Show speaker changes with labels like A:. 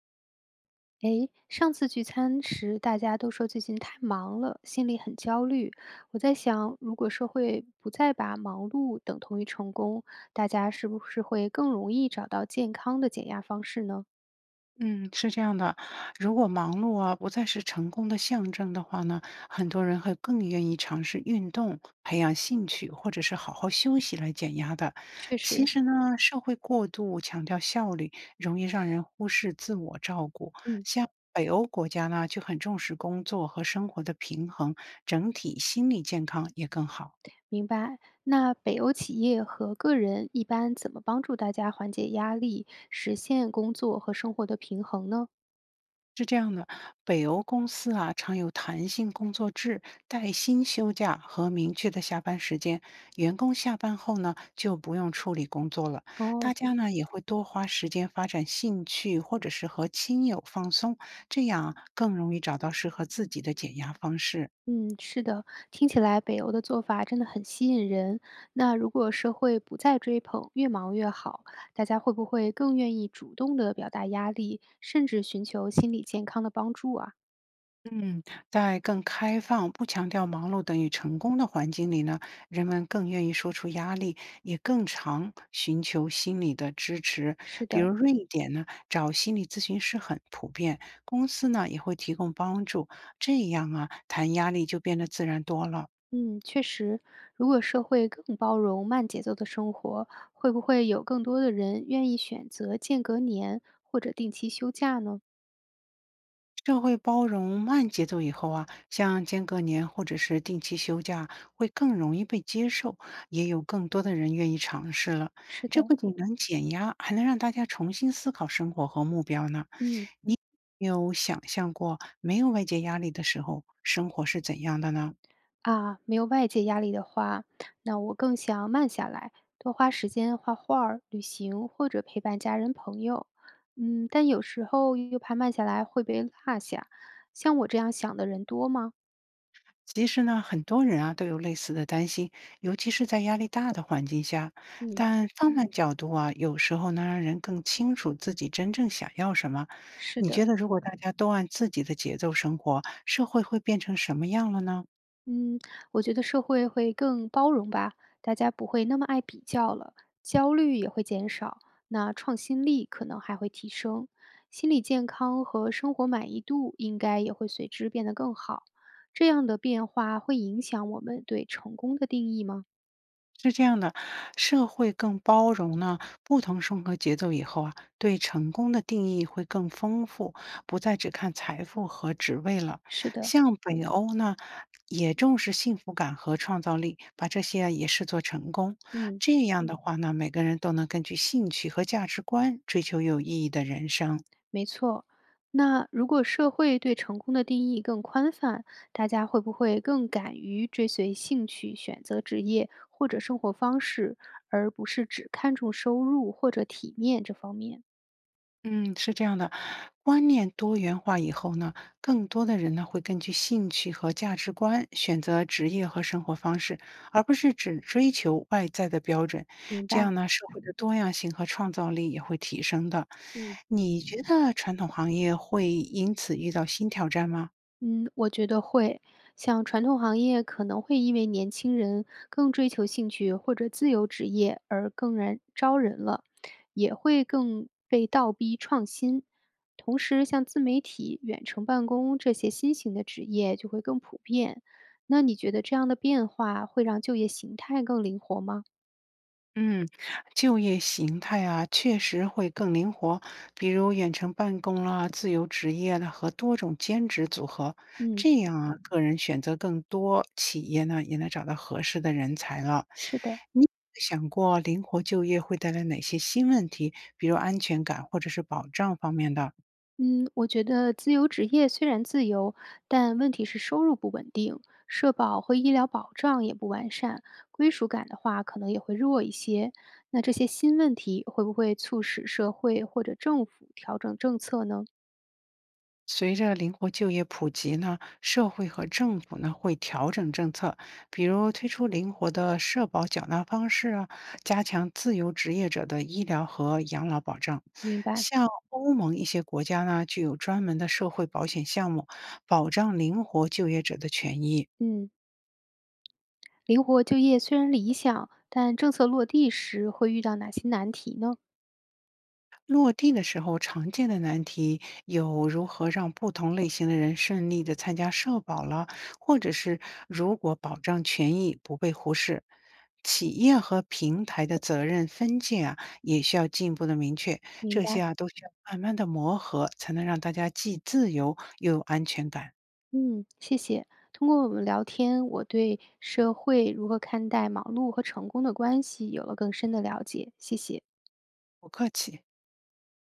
A: 诶，上次聚餐时大家都说最近太忙了，心里很焦虑。我在想，如果社会不再把忙碌等同于成功，大家是不是会更容易找到健康的减压方式呢？
B: 嗯，是这样的，如果忙碌啊不再是成功的象征的话呢，很多人会更愿意尝试运动、培养兴趣，或者是好好休息来减压的。
A: 确
B: 其
A: 实。
B: 实呢，社会过度强调效率，容易让人忽视自我照顾。
A: 嗯。
B: 像北欧国家呢，就很重视工作和生活的平衡，整体心理健康也更好。
A: 明白。那北欧企业和个人一般怎么帮助大家缓解压力，实现工作和生活的平衡呢？
B: 是这样的，北欧公司啊常有弹性工作制、带薪休假和明确的下班时间。员工下班后呢，就不用处理工作了。大
A: 哦。
B: 家呢也会多花时间发展兴趣，或者是和亲友放松，这样啊更容易找到适合自己的减压方式。
A: 嗯，是的，听起来北欧的做法真的很吸引人。那如果社会不再追捧“越忙越好”，大家会不会更愿意主动地表达压力，甚至寻求心理健康的帮助啊？
B: 嗯，在更开放、不强调忙碌等于成功的环境里呢，人们更愿意说出压力，也更常寻求心理的支持。
A: 是
B: 比如
A: 的。
B: 瑞典呢，找心理咨询师很普遍，公司呢也会提供帮助，这样啊，谈压力就变得自然多了。
A: 嗯，确实，如果社会更包容慢节奏的生活，会不会有更多的人愿意选择间隔年或者定期休假呢？
B: 社会包容慢节奏以后啊，像间隔年或者是定期休假，会更容易被接受，也有更多的人愿意尝试了。
A: 是
B: 这
A: 的。
B: 不仅能减压，还能让大家重新思考生活和目标呢。
A: 嗯。
B: 你有没有想象过没有外界压力的时候，生活是怎样的呢？
A: 啊，没有外界压力的话，那我更想慢下来，多花时间画画儿旅行或者陪伴家人朋友。嗯，但有时候又怕慢下来会被落下，像我这样想的人多吗？
B: 其实呢，很多人啊都有类似的担心，尤其是在压力大的环境下。
A: 嗯，
B: 但放慢角度啊，有时候能让人更清楚自己真正想要什么。
A: 是
B: 你觉
A: 的。
B: 得，如果大家都按自己的节奏生活，社会会变成什么样了呢？
A: 嗯，我觉得社会会更包容吧，大家不会那么爱比较了，焦虑也会减少，那创新力可能还会提升，心理健康和生活满意度应该也会随之变得更好。这样的变化会影响我们对成功的定义吗？
B: 是这样的，社会更包容呢，不同生活节奏以后啊，对成功的定义会更丰富，不再只看财富和职位了。
A: 是的。
B: 像北欧呢，也重视幸福感和创造力，把这些啊也视作成功。
A: 嗯。
B: 这样的话呢，每个人都能根据兴趣和价值观追求有意义的人生。
A: 没错，那如果社会对成功的定义更宽泛，大家会不会更敢于追随兴趣、选择职业或者生活方式，而不是只看重收入或者体面这方面？
B: 嗯，是这样的，观念多元化以后呢，更多的人呢会根据兴趣和价值观选择职业和生活方式，而不是只追求外在的标准。
A: 明
B: 这
A: 白。
B: 样呢，社会的多样性和创造力也会提升的。
A: 嗯。
B: 你觉得传统行业会因此遇到新挑战吗？
A: 嗯，我觉得会。像传统行业可能会因为年轻人更追求兴趣或者自由职业而更然招人了，也会更被倒逼创新。同时，像自媒体、远程办公这些新型的职业就会更普遍。那你觉得这样的变化会让就业形态更灵活吗？
B: 嗯，就业形态啊，确实会更灵活，比如远程办公啦、自由职业啦和多种兼职组合，
A: 嗯，
B: 这样啊，个人选择更多，企业呢也能找到合适的人才了。
A: 是的。
B: 你有没有想过灵活就业会带来哪些新问题，比如安全感或者是保障方面的？
A: 嗯，我觉得自由职业虽然自由，但问题是收入不稳定，社保和医疗保障也不完善，归属感的话可能也会弱一些。那这些新问题会不会促使社会或者政府调整政策呢？
B: 随着灵活就业普及呢，社会和政府呢会调整政策，比如推出灵活的社保缴纳方式啊，加强自由职业者的医疗和养老保障。
A: 明白。
B: 像欧盟一些国家呢，就有专门的社会保险项目，保障灵活就业者的权益。
A: 嗯，灵活就业虽然理想，但政策落地时会遇到哪些难题呢？
B: 落地的时候常见的难题有如何让不同类型的人顺利的参加社保了，或者是如果保障权益不被忽视，企业和平台的责任分界啊，也需要进一步的明确，
A: 明
B: 这些
A: 白。
B: 啊都需要慢慢的磨合，才能让大家既自由又有安全感。
A: 嗯，谢谢。通过我们聊天，我对社会如何看待忙碌和成功的关系有了更深的了解。谢谢。
B: 不客气。